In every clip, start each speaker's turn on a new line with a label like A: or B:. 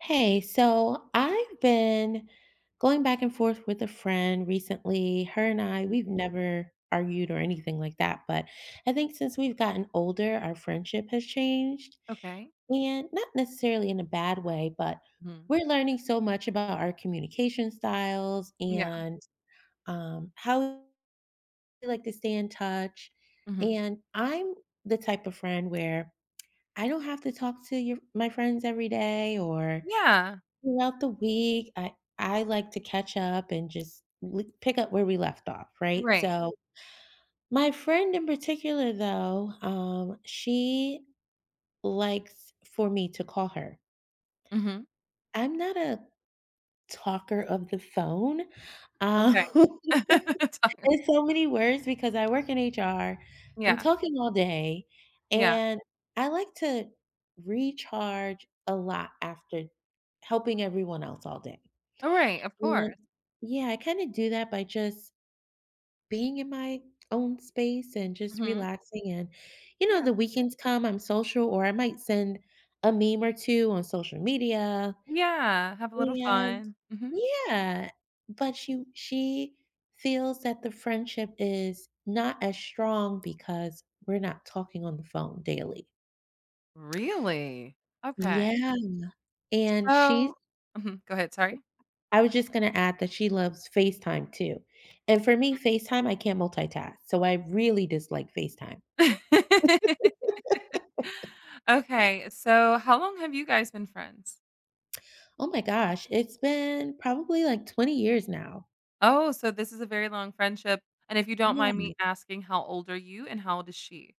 A: Hey, so I've been going back and forth with a friend recently. Her and I,
B: Mhm.
A: we've never argued or anything like that. But I think since we've gotten older, our friendship has changed.
B: Okay.
A: And not necessarily in a bad way, but
B: Mhm.
A: we're learning so much about our communication styles
B: Yeah.
A: and how we like to stay in touch.
B: Mhm.
A: And I'm the type of friend where I don't have to talk to my friends every day or
B: Yeah.
A: throughout the week. I like to catch up and just l pick up where we left off, right?
B: Right.
A: So, my friend in particular, though, she likes for me to call her.
B: Mhm.
A: I'm not a talker of the phone. Um,
B: Okay. Talking
A: in so many words, because I work in HR, I'm
B: yeah.
A: talking all day,
B: Yeah.
A: and I like to recharge a lot after helping everyone else all day.
B: Oh, right, of course.
A: And yeah, I kinda do that by just being in my own space and just
B: Mhm.
A: relaxing, and,
B: Yeah.
A: the weekends come, I'm social, or I might send a meme or two on social media,
B: Yeah, have a little
A: and
B: fun. Mhm.
A: yeah, but she feels that the friendship is not as strong because we're not talking on the phone daily.
B: Really? Okay.
A: Yeah, and she's
B: So Mhm, go ahead, sorry.
A: I was just going to add that she loves FaceTime too. And for me, FaceTime, I can't multitask. So I really dislike FaceTime.
B: Okay, so how long have you guys been friends?
A: Oh my gosh, it's been probably like 20 years now.
B: Oh, so this is a very long friendship, and if you don't mind
A: Yeah.
B: me asking, how old are you and how old is she?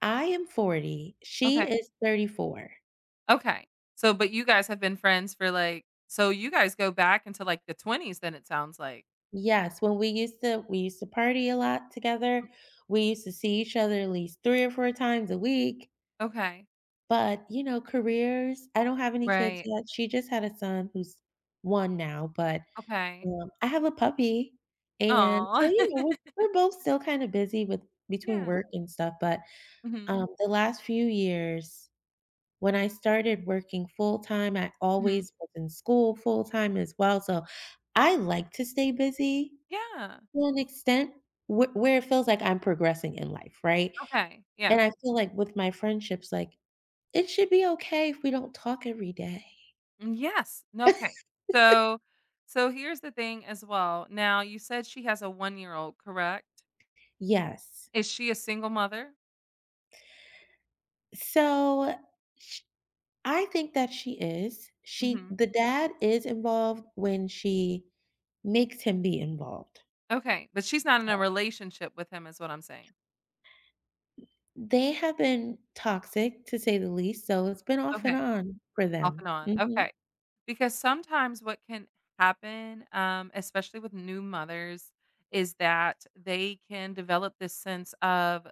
A: I am 40. She
B: Okay.
A: is 34.
B: Okay. So but you guys have been friends for, like so you guys go back into, like, the 20s then it sounds like.
A: Yes, when we used to party a lot together. We used to see each other at least three or four times a week.
B: Okay.
A: But, careers, I don't have any kids
B: Right.
A: yet. She just had a son who's one now, but
B: Okay.
A: I have a puppy, and so,
B: Oh.
A: you know, we're both still kinda busy with between
B: Yeah.
A: work and stuff, but,
B: Mhm.
A: the last few years, when I started working full-time, I
B: Mhm.
A: always was in school full-time as well, so I like to stay busy
B: Yeah.
A: to an extent wh where it feels like I'm progressing in life, right?
B: Okay. Yeah.
A: And I feel like with my friendships, like, it should be okay if we don't talk every day.
B: Mm, yes. N- Okay. So so here's the thing as well. Now you said she has a one-year-old, correct?
A: Yes.
B: Is she a single mother?
A: So I think that she is. She
B: Mhm.
A: the dad is involved when she makes him be involved.
B: Okay. But she's not in a relationship with him is what I'm saying.
A: They have been toxic, to say the least, so it's been off and
B: Okay.
A: on for
B: Off
A: them.
B: and on.
A: Mhm.
B: Okay. Because sometimes what can happen, especially with new mothers, is that they can develop this sense of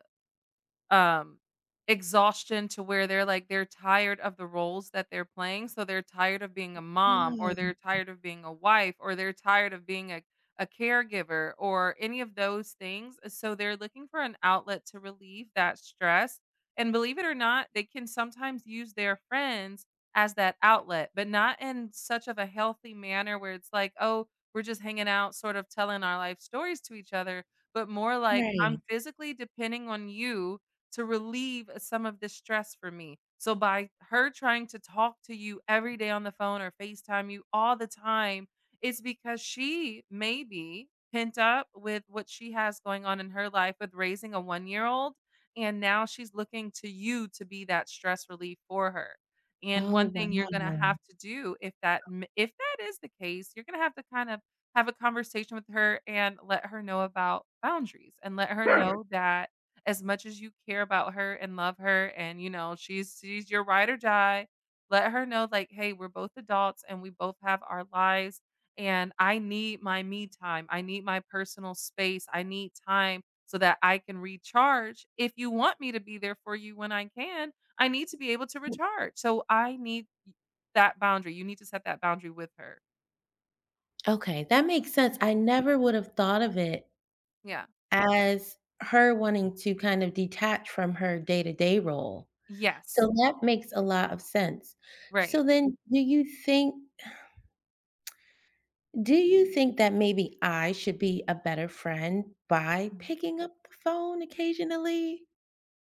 B: um, exhaustion to where they're like they're tired of the roles that they're playing, so they're tired of being a mom,
A: Yeah,
B: or they're tired of being a wife, or they're tired of being a caregiver or any of those things. So they're looking for an outlet to relieve that stress. And believe it or not, they can sometimes use their friends as that outlet, but not in such of a healthy manner where it's like, "Oh, we're just hanging out sort of telling our life stories to each other," but more like, "I'm
A: right.
B: physically depending on you to relieve some of the stress for me." So by her trying to talk to you every day on the phone or FaceTime you all the time, it's because she may be pent up with what she has going on in her life with raising a 1-year-old, and now she's looking to you to be that stress relief for her. And
A: Oh,
B: one thing you're going to
A: wow.
B: have to do if if that is the case, you're going to have to kind of have a conversation with her and let her know about boundaries, and let her know that as much as you care about her and love her, and you know she's your ride or die, let her know, like, hey, we're both adults and we both have our lives, and I need my me time, I need my personal space, I need time so that I can recharge. If you want me to be there for you when I can, I need to be able to recharge. So I need that boundary. You need to set that boundary with her.
A: Okay, that makes sense. I never would have thought of it
B: Yeah.
A: as her wanting to kind of detach from her day-to-day role. So
B: Yes.
A: that makes a lot of sense.
B: Right.
A: So then do you think that maybe I should be a better friend by picking up the phone occasionally?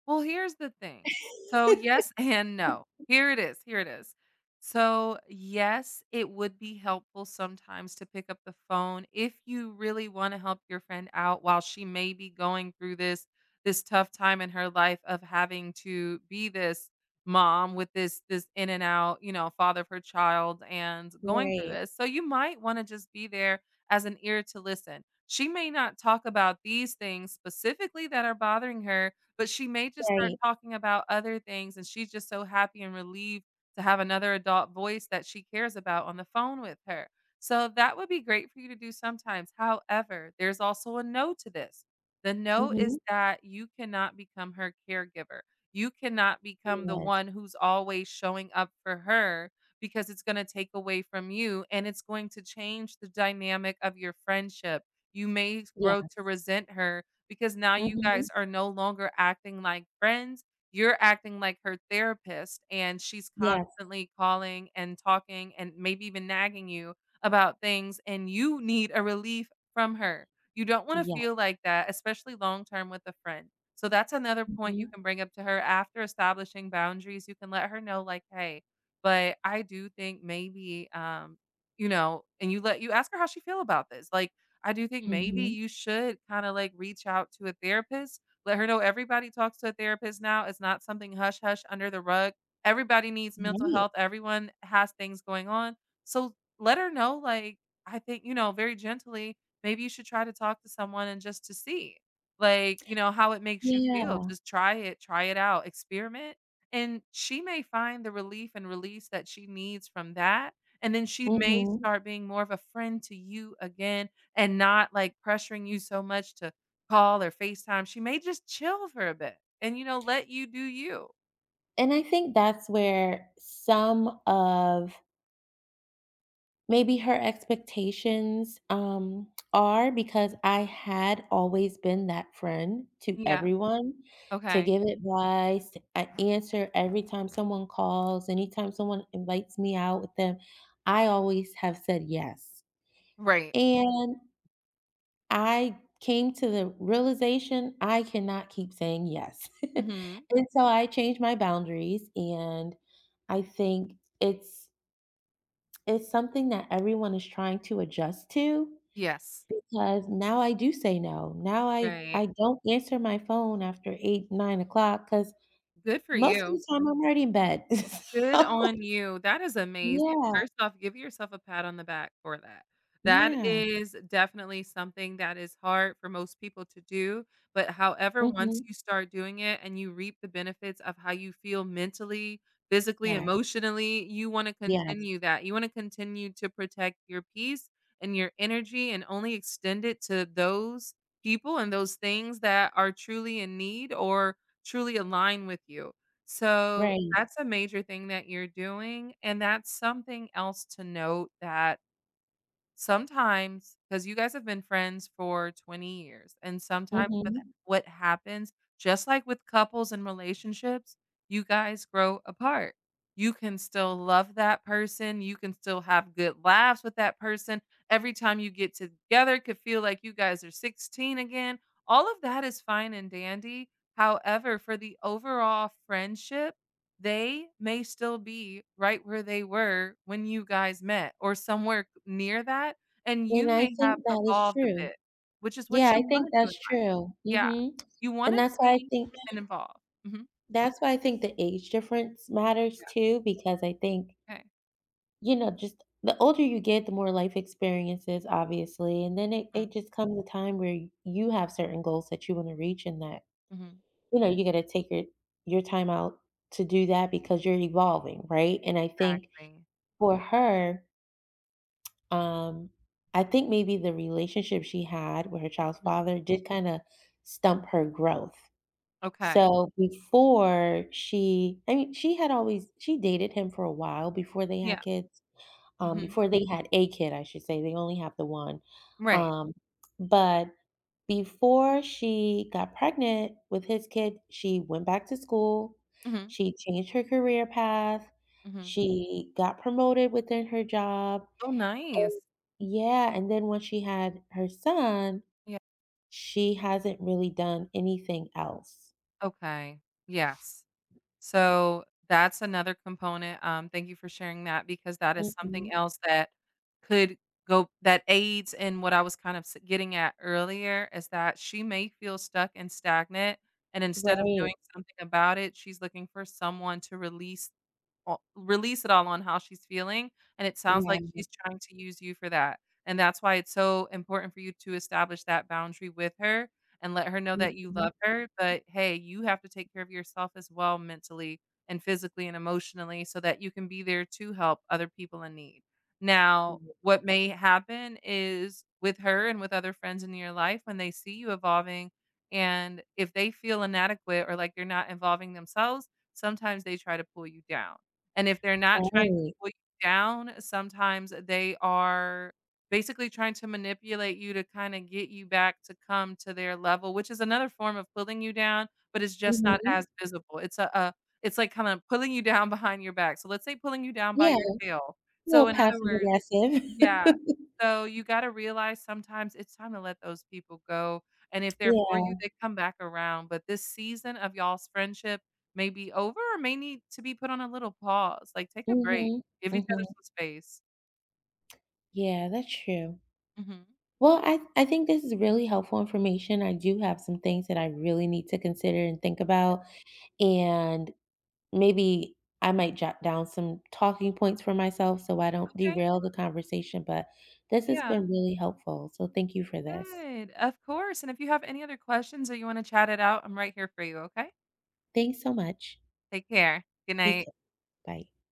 B: Well, here's the thing. So, yes, and no. Here it is. So, yes, it would be helpful sometimes to pick up the phone if you really wanna help your friend out while she may be going through this tough time in her life of having to be this mom with this in and out, you know, father of her child and going through
A: Right,
B: this. So, you might wanna just be there as an ear to listen. She may not talk about these things specifically that are bothering her, but she may just start
A: right.
B: talking about other things, and she's just so happy and relieved to have another adult voice that she cares about on the phone with her. So that would be great for you to do sometimes. However, there's also a no to this. The no
A: Mhm.
B: is that you cannot become her caregiver. You cannot become the
A: Yes.
B: one who's always showing up for her, because it's going to take away from you, and it's going to change the dynamic of your friendship. You may
A: Yeah.
B: grow to resent her because now you
A: Mhm.
B: guys are no longer acting like friends. You're acting like her therapist, and she's
A: Yes.
B: constantly calling and talking and maybe even nagging you about things, and you need a relief from her. You don't want to
A: Yes.
B: feel like that, especially long term with a friend. So that's another
A: Yeah.
B: point you
A: Mhm.
B: can bring up to her after establishing boundaries. You can let her know, like, hey, but I do think maybe, you know, and you ask her how she feel about this. Like, I do think maybe
A: Mhm.
B: you should kinda, like, reach out to a therapist. Let her know everybody talks to a therapist now. It's not something hush hush under the rug. Everybody needs mental
A: Right.
B: health. Everyone has things going on. So let her know, like, I think, you know, very gently, maybe you should try to talk to someone and just to see, like, you know, how it makes you feel.
A: Yeah.
B: Just try it out, experiment, and she may find the relief and release that she needs from that, and then she may
A: Mhm,
B: start being more of a friend to you again and not, like, pressuring you so much to call or FaceTime. She may just chill for a bit and, you know, let you do you.
A: and I think that's where some of maybe her expectations, are because I had always been that friend to
B: Yeah,
A: everyone, to
B: okay.
A: give advice, I answer every time someone calls, anytime someone invites me out with them, I always have said yes,
B: Right.
A: and I came to the realization I cannot keep saying yes.
B: Mhm.
A: And so I changed my boundaries and I think it's something that everyone is trying to adjust to
B: Yes.
A: because now I do say no. Now I
B: Right.
A: I don't answer my phone after 8, 9 o'clock because
B: Good for
A: most of
B: you.
A: the time I'm already in bed.
B: Good
A: So
B: on you. That is amazing.
A: yeah,
B: First off, give yourself a pat on the back for that. That
A: yeah.
B: is definitely something that is hard for most people to do, but however, once
A: Mhm.
B: you start doing it and you reap the benefits of how you feel mentally, physically,
A: Yes,
B: emotionally, you wanna
A: yes.
B: continue that. You wanna continue to protect your peace and your energy and only extend it to those people and those things that are truly in need or truly align with you. So
A: Right.
B: that's a major thing that you're doing, and that's something else to note, that sometimes, because you guys have been friends for 20 years, and sometimes with
A: Mhm.
B: what happens, just like with couples and relationships, you guys grow apart. You can still love that person, you can still have good laughs with that person. Every time you get together, it could feel like you guys are 16 again. All of that is fine and dandy. However, for the overall friendship, they may still be right where they were when you guys met or somewhere near that, and
A: And
B: you
A: I
B: may have
A: think that is
B: evolved a
A: true.
B: bit, which is
A: Yeah,
B: what you
A: I
B: wanna
A: think
B: do in
A: that's
B: life.
A: true.
B: Yeah.
A: Mhm.
B: You
A: And
B: wanna
A: that's why I
B: change
A: think
B: and evolve. Mhm.
A: that's why I think the age difference matters
B: Yeah.
A: too, because I think,
B: Okay.
A: you know, just the older you get, the more life experiences, obviously. And then it
B: Mm.
A: just comes a time where you have certain goals that you want to reach and that,
B: Mhm.
A: you know, you gotta take your time out to do that because you're evolving, right? And I think
B: Exactly.
A: for her, um, I think maybe the relationship she had with her child's
B: Mhm.
A: father did kind of stump her growth.
B: Okay.
A: So before she I mean, she had always she dated him for a while before they had
B: Yeah.
A: kids,
B: Mhm.
A: before they had a kid, I should say. They only have the one.
B: Right.
A: Um, but before she got pregnant with his kid, she went back to school,
B: Mhm.
A: she changed her career path,
B: Mhm.
A: she got promoted within her job.
B: Oh, nice.
A: Yeah, and then when she had her son,
B: Yeah.
A: she hasn't really done anything else.
B: Okay. Yes. So that's another component, thank you for sharing that, because that is something
A: Mhm.
B: else that could go that aids in what I was kind of s getting at earlier, is that she may feel stuck and stagnant, and instead of
A: Right.
B: doing something about it, she's looking for someone to release it all on how she's feeling, and it sounds
A: Yeah.
B: like she's trying to use you for that, and that's why it's so important for you to establish that boundary with her and let her know that you
A: Mhm,
B: love her, but, hey, you have to take care of yourself as well mentally and physically and emotionally so that you can be there to help other people in need. Now,
A: mhm.
B: what may happen is with her and with other friends in your life, when they see you evolving and if they feel inadequate or like you're not involving themselves, sometimes they try to pull you down. And if they're not trying to
A: Right.
B: pull you down, sometimes they are basically trying to manipulate you to kinda get you back to come to their level, which is another form of pulling you down, but it's just not
A: Mhm.
B: as visible. It's a it's like kinda pulling you down behind your back. So let's say pulling you down by
A: Yeah,
B: your tail.
A: a little
B: So in other
A: passive
B: words,
A: aggressive.
B: yeah. So, you gotta realize sometimes it's time to let those people go, and if they're for you,
A: Yeah.
B: they come back around, but this season of y'all's friendship may be over or may need to be put on a little pause, like, take a break,
A: Mhm,
B: give each other
A: mhm.
B: some space.
A: Yeah, that's true.
B: Mhm.
A: Well, I think this is really helpful information. I do have some things that I really need to consider and think about, and maybe I might jot down some talking points for myself so I don't
B: Yeah, okay.
A: derail the conversation, but this has
B: Yeah,
A: been really helpful, so thank you for this.
B: good. Of course, and if you have any other questions or you wanna chat it out, I'm right here for you, okay?
A: Thanks so much.
B: Take care. Good
A: You
B: night.
A: too. Bye.